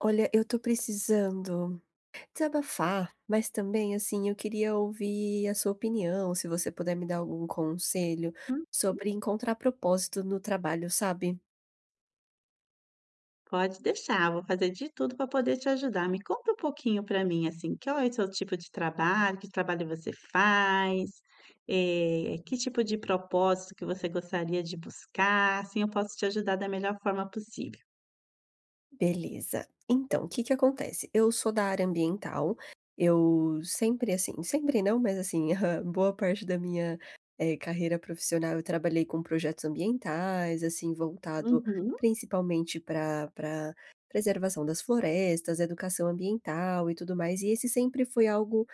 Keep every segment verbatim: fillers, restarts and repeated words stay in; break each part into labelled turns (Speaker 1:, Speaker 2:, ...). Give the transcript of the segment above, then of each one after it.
Speaker 1: Olha, eu tô precisando desabafar, mas também, assim, eu queria ouvir a sua opinião, se você puder me dar algum conselho
Speaker 2: Hum,
Speaker 1: sobre encontrar propósito no trabalho, sabe?
Speaker 2: pode deixar, vou fazer de tudo para poder te ajudar. Me conta um pouquinho para mim, assim, qual é o seu tipo de trabalho, que trabalho você faz, eh, que tipo de propósito que você gostaria de buscar, assim eu posso te ajudar da melhor forma possível.
Speaker 1: Beleza. Então, o que que acontece? Eu sou da área ambiental, eu sempre, assim, sempre não, mas assim, a boa parte da minha eh, carreira profissional eu trabalhei com projetos ambientais, assim, voltado
Speaker 2: Uhum.
Speaker 1: principalmente para para preservação das florestas, educação ambiental e tudo mais, e esse sempre foi algo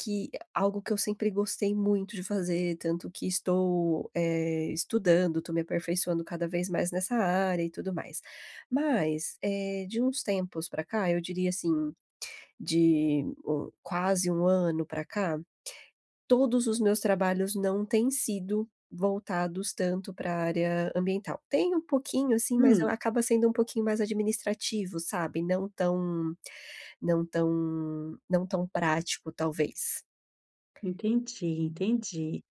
Speaker 1: que é algo que eu sempre gostei muito de fazer, tanto que estou, eh, estudando, estou me aperfeiçoando cada vez mais nessa área e tudo mais. Mas, eh, de uns tempos para cá, eu diria assim, de um quase um ano para cá, todos os meus trabalhos não têm sido voltados tanto para a área ambiental. Tem um pouquinho assim, mas eu
Speaker 2: Hum,
Speaker 1: acaba sendo um pouquinho mais administrativo, sabe, não tão não tão não tão prático, talvez.
Speaker 2: entendi, entendi.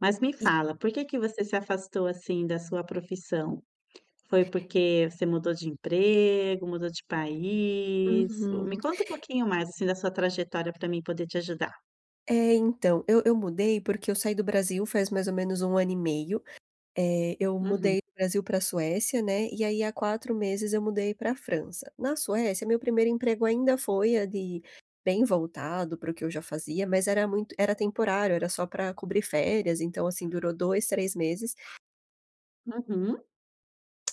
Speaker 2: Mas me fala, por que que você se afastou, assim, da sua profissão? Foi porque você mudou de emprego, mudou de país? Me
Speaker 1: Uhum.
Speaker 2: conta um pouquinho mais, assim, da sua trajetória para mim poder te ajudar.
Speaker 1: É, então, eu eu mudei porque eu saí do Brasil faz mais ou menos um ano e meio. É, eu
Speaker 2: Uhum,
Speaker 1: mudei do Brasil para a Suécia, né, e aí há quatro meses eu mudei para a França. Na Suécia, meu primeiro emprego ainda foi a de bem voltado para o que eu já fazia, mas era muito era temporário, era só para cobrir férias, então, assim, durou dois três meses.
Speaker 2: uhum,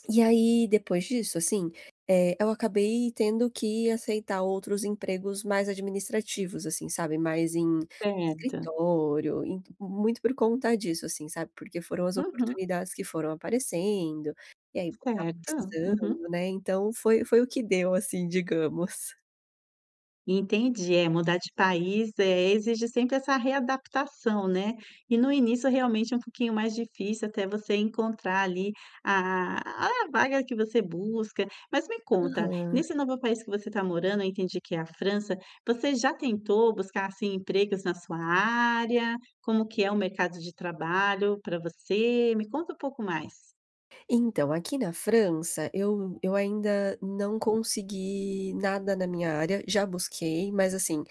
Speaker 1: E aí, depois disso, assim, eh, eu acabei tendo que aceitar outros empregos mais administrativos, assim, sabe, mais em
Speaker 2: certo.
Speaker 1: escritório, em muito por conta disso, assim, sabe, porque foram as
Speaker 2: Uhum,
Speaker 1: oportunidades que foram aparecendo, e aí estava
Speaker 2: certo. Uhum.
Speaker 1: precisando, né, então foi foi o que deu, assim, digamos.
Speaker 2: Entendi, é, mudar de país, é exige sempre essa readaptação, né. E no início realmente é um pouquinho mais difícil até você encontrar ali a a vaga que você busca. Mas me conta,
Speaker 1: Aham.
Speaker 2: nesse novo país que você está morando, eu entendi que é a França, você já tentou buscar, assim, empregos na sua área? Como que é o mercado de trabalho para você? Me conta um pouco mais.
Speaker 1: Então, aqui na França, eu eu ainda não consegui nada na minha área, já busquei, mas, assim,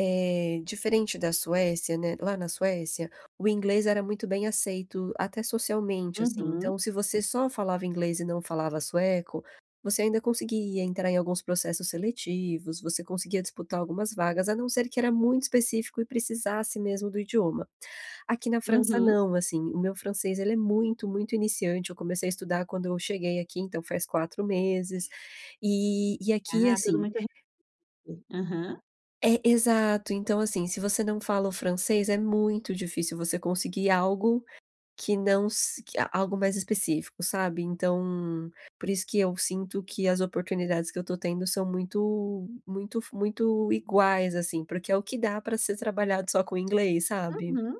Speaker 1: Eh, diferente da Suécia, né, lá na Suécia, o inglês era muito bem aceito, até socialmente, assim.
Speaker 2: Uhum,
Speaker 1: Então, se você só falava inglês e não falava sueco, você ainda conseguia entrar em alguns processos seletivos, você conseguia disputar algumas vagas, a não ser que era muito específico e precisasse mesmo do idioma. Aqui na França
Speaker 2: uhum.
Speaker 1: não, assim, o meu francês ele é muito, muito iniciante, eu comecei a estudar quando eu cheguei aqui, então faz quatro meses, e e aqui,
Speaker 2: Ah, tudo
Speaker 1: assim
Speaker 2: muito restrito. Aham.
Speaker 1: é, exato. Então, assim, se você não fala o francês, é muito difícil você conseguir algo que não s que a- algo mais específico, sabe. Então, por isso que eu sinto que as oportunidades que eu estou tendo são muito muito muito iguais, assim, porque é o que dá para ser trabalhado só com inglês, sabe.
Speaker 2: Uhum.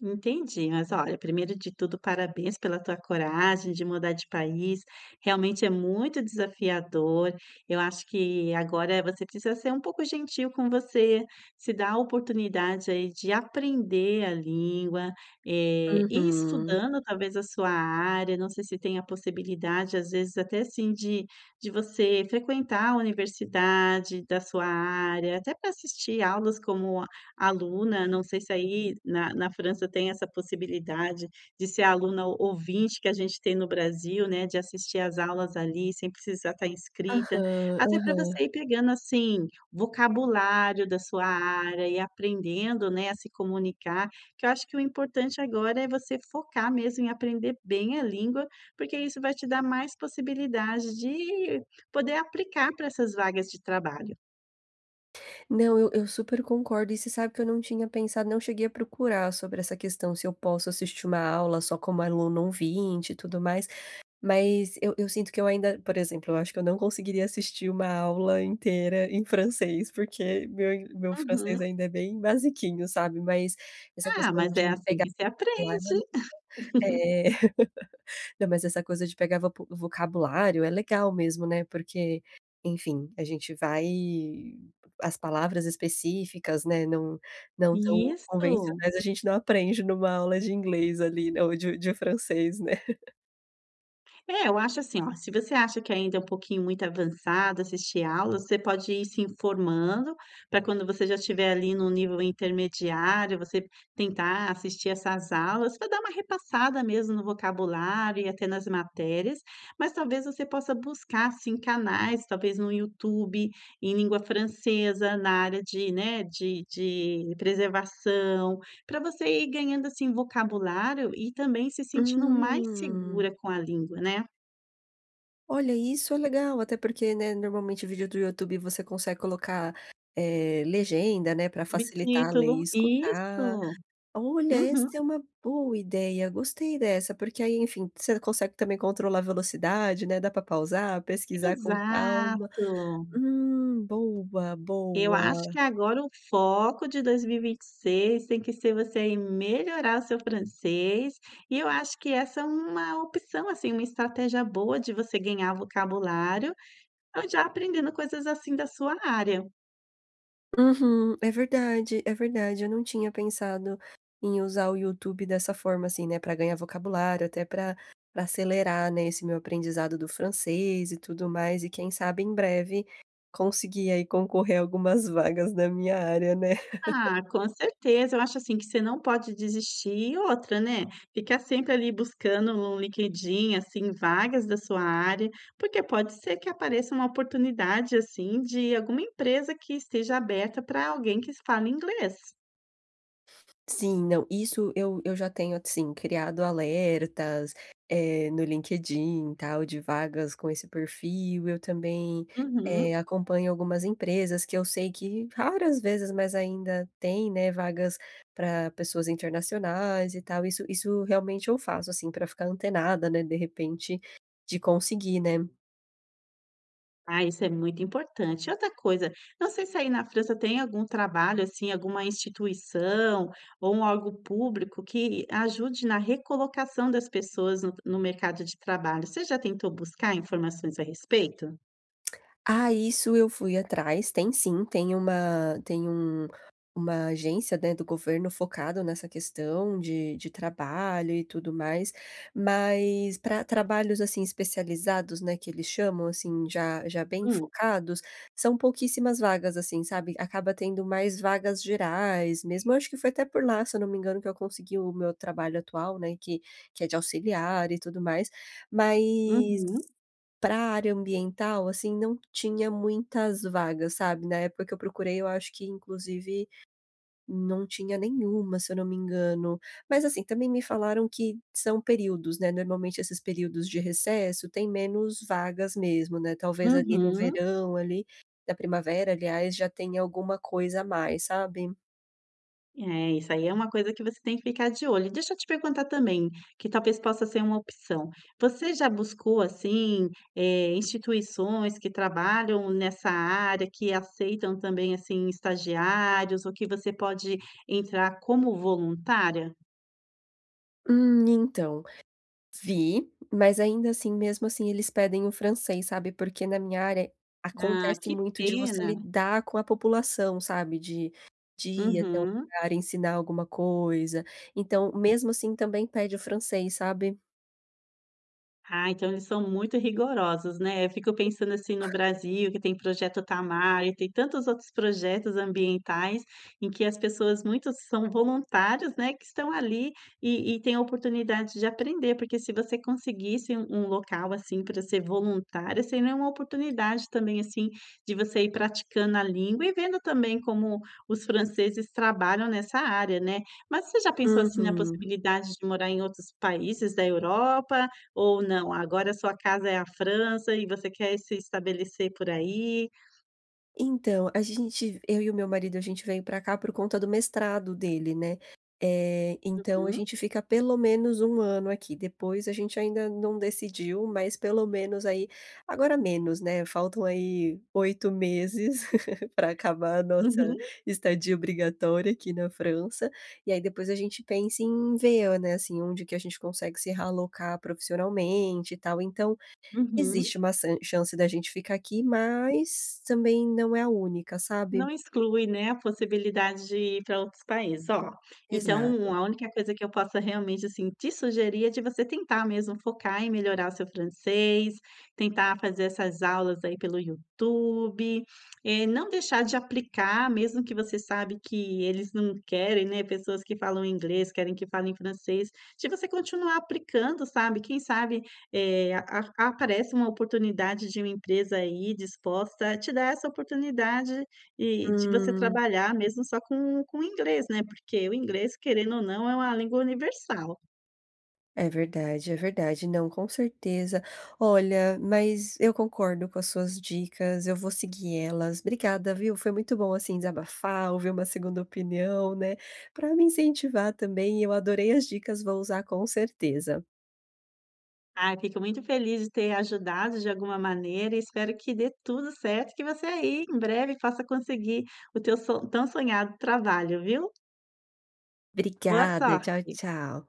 Speaker 2: Entendi. Mas olha, primeiro de tudo, parabéns pela tua coragem de mudar de país. Realmente é muito desafiador. Eu acho que agora você precisa ser um pouco gentil com você, se dar a oportunidade aí de aprender a língua, eh, ir
Speaker 1: Uhum.
Speaker 2: estudando talvez a sua área. Não sei se tem a possibilidade, às vezes, até assim, de, de você frequentar a universidade da sua área, até para assistir aulas como aluna, não sei se aí na na França tem essa possibilidade de ser aluna ou- ouvinte que a gente tem no Brasil, né, de assistir às aulas ali sem precisar estar inscrita,
Speaker 1: Aham,
Speaker 2: até para
Speaker 1: aham.
Speaker 2: você ir pegando, assim, vocabulário da sua área e aprendendo, né, a se comunicar, que eu acho que o importante agora é você focar mesmo em aprender bem a língua, porque isso vai te dar mais possibilidade de poder aplicar para essas vagas de trabalho.
Speaker 1: Não, eu eu super concordo, e você sabe que eu não tinha pensado, não cheguei a procurar sobre essa questão, se eu posso assistir uma aula só como aluno ouvinte e tudo mais. Mas eu eu sinto que eu ainda, por exemplo, eu acho que eu não conseguiria assistir uma aula inteira em francês, porque meu in meu francês
Speaker 2: Uhum.
Speaker 1: ainda é bem basiquinho, sabe. Mas essa
Speaker 2: Ah,
Speaker 1: questão
Speaker 2: mas é
Speaker 1: de
Speaker 2: assim
Speaker 1: pegar
Speaker 2: que se
Speaker 1: vocabulário
Speaker 2: aprende.
Speaker 1: é. Não, mas essa coisa de pegar vopu vocabulário é legal mesmo, né, porque, enfim, a gente vai as palavras específicas, né, não não tão
Speaker 2: Isso.
Speaker 1: convencionais, a gente não aprende numa aula de inglês ali, né, ou de de francês, né.
Speaker 2: É, eu acho assim, ó, se você acha que ainda é um pouquinho muito avançado assistir aulas, você pode ir se informando para quando você já estiver ali no nível intermediário, você tentar assistir essas aulas para dar uma repassada mesmo no vocabulário e até nas matérias, mas talvez você possa buscar assim canais, talvez no YouTube em língua francesa, na área de, né, de, de preservação, para você ir ganhando, assim, vocabulário e também se sentindo mais
Speaker 1: Hum.
Speaker 2: segura com a língua, né.
Speaker 1: Olha, isso é legal, até porque, né, normalmente vídeo do YouTube você consegue colocar, eh, legenda, né, para facilitar a ler
Speaker 2: Subtítulo.
Speaker 1: e escutar.
Speaker 2: Isso.
Speaker 1: Olha, essa
Speaker 2: Uhum.
Speaker 1: é uma boa ideia, gostei dessa, porque aí, enfim, você consegue também controlar a velocidade, né, dá para pausar, pesquisar com calma.
Speaker 2: Exato.
Speaker 1: Hum, boa,
Speaker 2: Eu
Speaker 1: boa.
Speaker 2: acho que agora o foco de dois mil e vinte e seis tem que ser você aí melhorar o seu francês, e eu acho que essa é uma opção, assim, uma estratégia boa de você ganhar vocabulário, ou já aprendendo coisas, assim, da sua área.
Speaker 1: Uhum, é verdade, é verdade. Eu não tinha pensado em usar o YouTube dessa forma, assim, né, para ganhar vocabulário, até para pra acelerar, né, esse meu aprendizado do francês e tudo mais, e quem sabe em breve conseguir aí concorrer a algumas vagas na minha área, né.
Speaker 2: Ah, com certeza. Eu acho, assim, que você não pode desistir. E outra, né, ficar sempre ali buscando no LinkedIn, assim, vagas da sua área, porque pode ser que apareça uma oportunidade, assim, de alguma empresa que esteja aberta para alguém que fala inglês.
Speaker 1: Sim, não, isso eu eu já tenho, assim, criado alertas, eh, no LinkedIn, tal, de vagas com esse perfil. Eu também,
Speaker 2: Uhum.
Speaker 1: eh, acompanho algumas empresas que eu sei que raras vezes, mas ainda tem, né, vagas para pessoas internacionais e tal. Isso isso realmente eu faço, assim, para ficar antenada, né, de repente, de conseguir, né.
Speaker 2: Ah, isso é muito importante. Outra coisa, não sei se aí na França tem algum trabalho, assim, alguma instituição ou um órgão público que ajude na recolocação das pessoas no, no mercado de trabalho. Você já tentou buscar informações a respeito?
Speaker 1: Ah, isso eu fui atrás. Tem sim, tem uma tem um uma agência, né, do governo focado nessa questão de de trabalho e tudo mais, mas para trabalhos, assim, especializados, né, que eles chamam, assim, já já bem
Speaker 2: Hum,
Speaker 1: focados, são pouquíssimas vagas, assim, sabe. Acaba tendo mais vagas gerais mesmo. Acho que foi até por lá, se eu não me engano, que eu consegui o meu trabalho atual, né, que que é de auxiliar e tudo mais, mas
Speaker 2: uhum,
Speaker 1: para a área ambiental, assim, não tinha muitas vagas, sabe. Na época que eu procurei, eu acho que inclusive não tinha nenhuma, se eu não me engano. Mas, assim, também me falaram que são períodos, né, normalmente esses períodos de recesso tem menos vagas mesmo, né, talvez ali no
Speaker 2: uhum.
Speaker 1: verão, ali, na primavera, aliás, já tenha alguma coisa a mais, sabe.
Speaker 2: É, isso aí é uma coisa que você tem que ficar de olho. Deixa eu te perguntar também, que talvez possa ser uma opção. Você já buscou, assim, eh, instituições que trabalham nessa área, que aceitam também, assim, estagiários, ou que você pode entrar como voluntária?
Speaker 1: Hum, então... Vi, mas ainda assim, mesmo assim, eles pedem o francês, sabe, porque na minha área
Speaker 2: Ah,
Speaker 1: acontece
Speaker 2: que
Speaker 1: muito de você
Speaker 2: pena.
Speaker 1: lidar com a população, sabe, de de ir até um
Speaker 2: Uhum.
Speaker 1: lugar, ensinar alguma coisa, então mesmo assim também pede o francês, sabe.
Speaker 2: Ah, então eles são muito rigorosos, né. Eu fico pensando, assim, no Brasil, que tem projeto Tamar e tem tantos outros projetos ambientais em que as pessoas muitos são voluntários, né, que estão ali e e têm a oportunidade de aprender, porque se você conseguisse um um local, assim, para ser voluntária, seria uma oportunidade também, assim, de você ir praticando a língua e vendo também como os franceses trabalham nessa área, né. Mas você já pensou, assim, na
Speaker 1: Uhum.
Speaker 2: possibilidade de morar em outros países da Europa ou não, agora a sua casa é a França e você quer se estabelecer por aí.
Speaker 1: Então, a gente, eu e o meu marido, a gente veio pra cá por conta do mestrado dele, né. Eh, então a
Speaker 2: Uhum.
Speaker 1: gente fica pelo menos um ano aqui, depois a gente ainda não decidiu, mas pelo menos aí agora menos, né, faltam aí oito meses para acabar a nossa
Speaker 2: Uhum,
Speaker 1: estadia obrigatória aqui na França, e aí depois a gente pensa em ver, né, assim, onde que a gente consegue se realocar profissionalmente e tal. Então
Speaker 2: uhum.
Speaker 1: existe uma san chance da gente ficar aqui, mas também não é a única, sabe.
Speaker 2: Não exclui, né, a possibilidade de ir para outros países. Ó, então
Speaker 1: Exato.
Speaker 2: a única coisa que eu possa realmente, assim, te sugerir é de você tentar mesmo focar em melhorar o seu francês, tentar fazer essas aulas aí pelo YouTube, eh, não deixar de aplicar, mesmo que você sabe que eles não querem, né, pessoas que falam inglês, querem que falem francês, de você continuar aplicando, sabe, quem sabe, eh, a a aparece uma oportunidade de uma empresa aí disposta a te dar essa oportunidade e de você
Speaker 1: Hum,
Speaker 2: trabalhar mesmo só com com o inglês, né, porque o inglês, querendo ou não, é uma língua universal.
Speaker 1: é verdade, é verdade. Não, com certeza. Olha, mas eu concordo com as suas dicas, eu vou seguir elas. Obrigada, viu. Foi muito bom, assim, desabafar, ouvir uma segunda opinião, né, para me incentivar também. Eu adorei as dicas, vou usar com certeza.
Speaker 2: Ah, fico muito feliz de ter ajudado de alguma maneira e espero que dê tudo certo, que você aí em breve possa conseguir o teu son tão sonhado trabalho, viu. Boa
Speaker 1: Obrigada, tchau,
Speaker 2: sorte.
Speaker 1: tchau.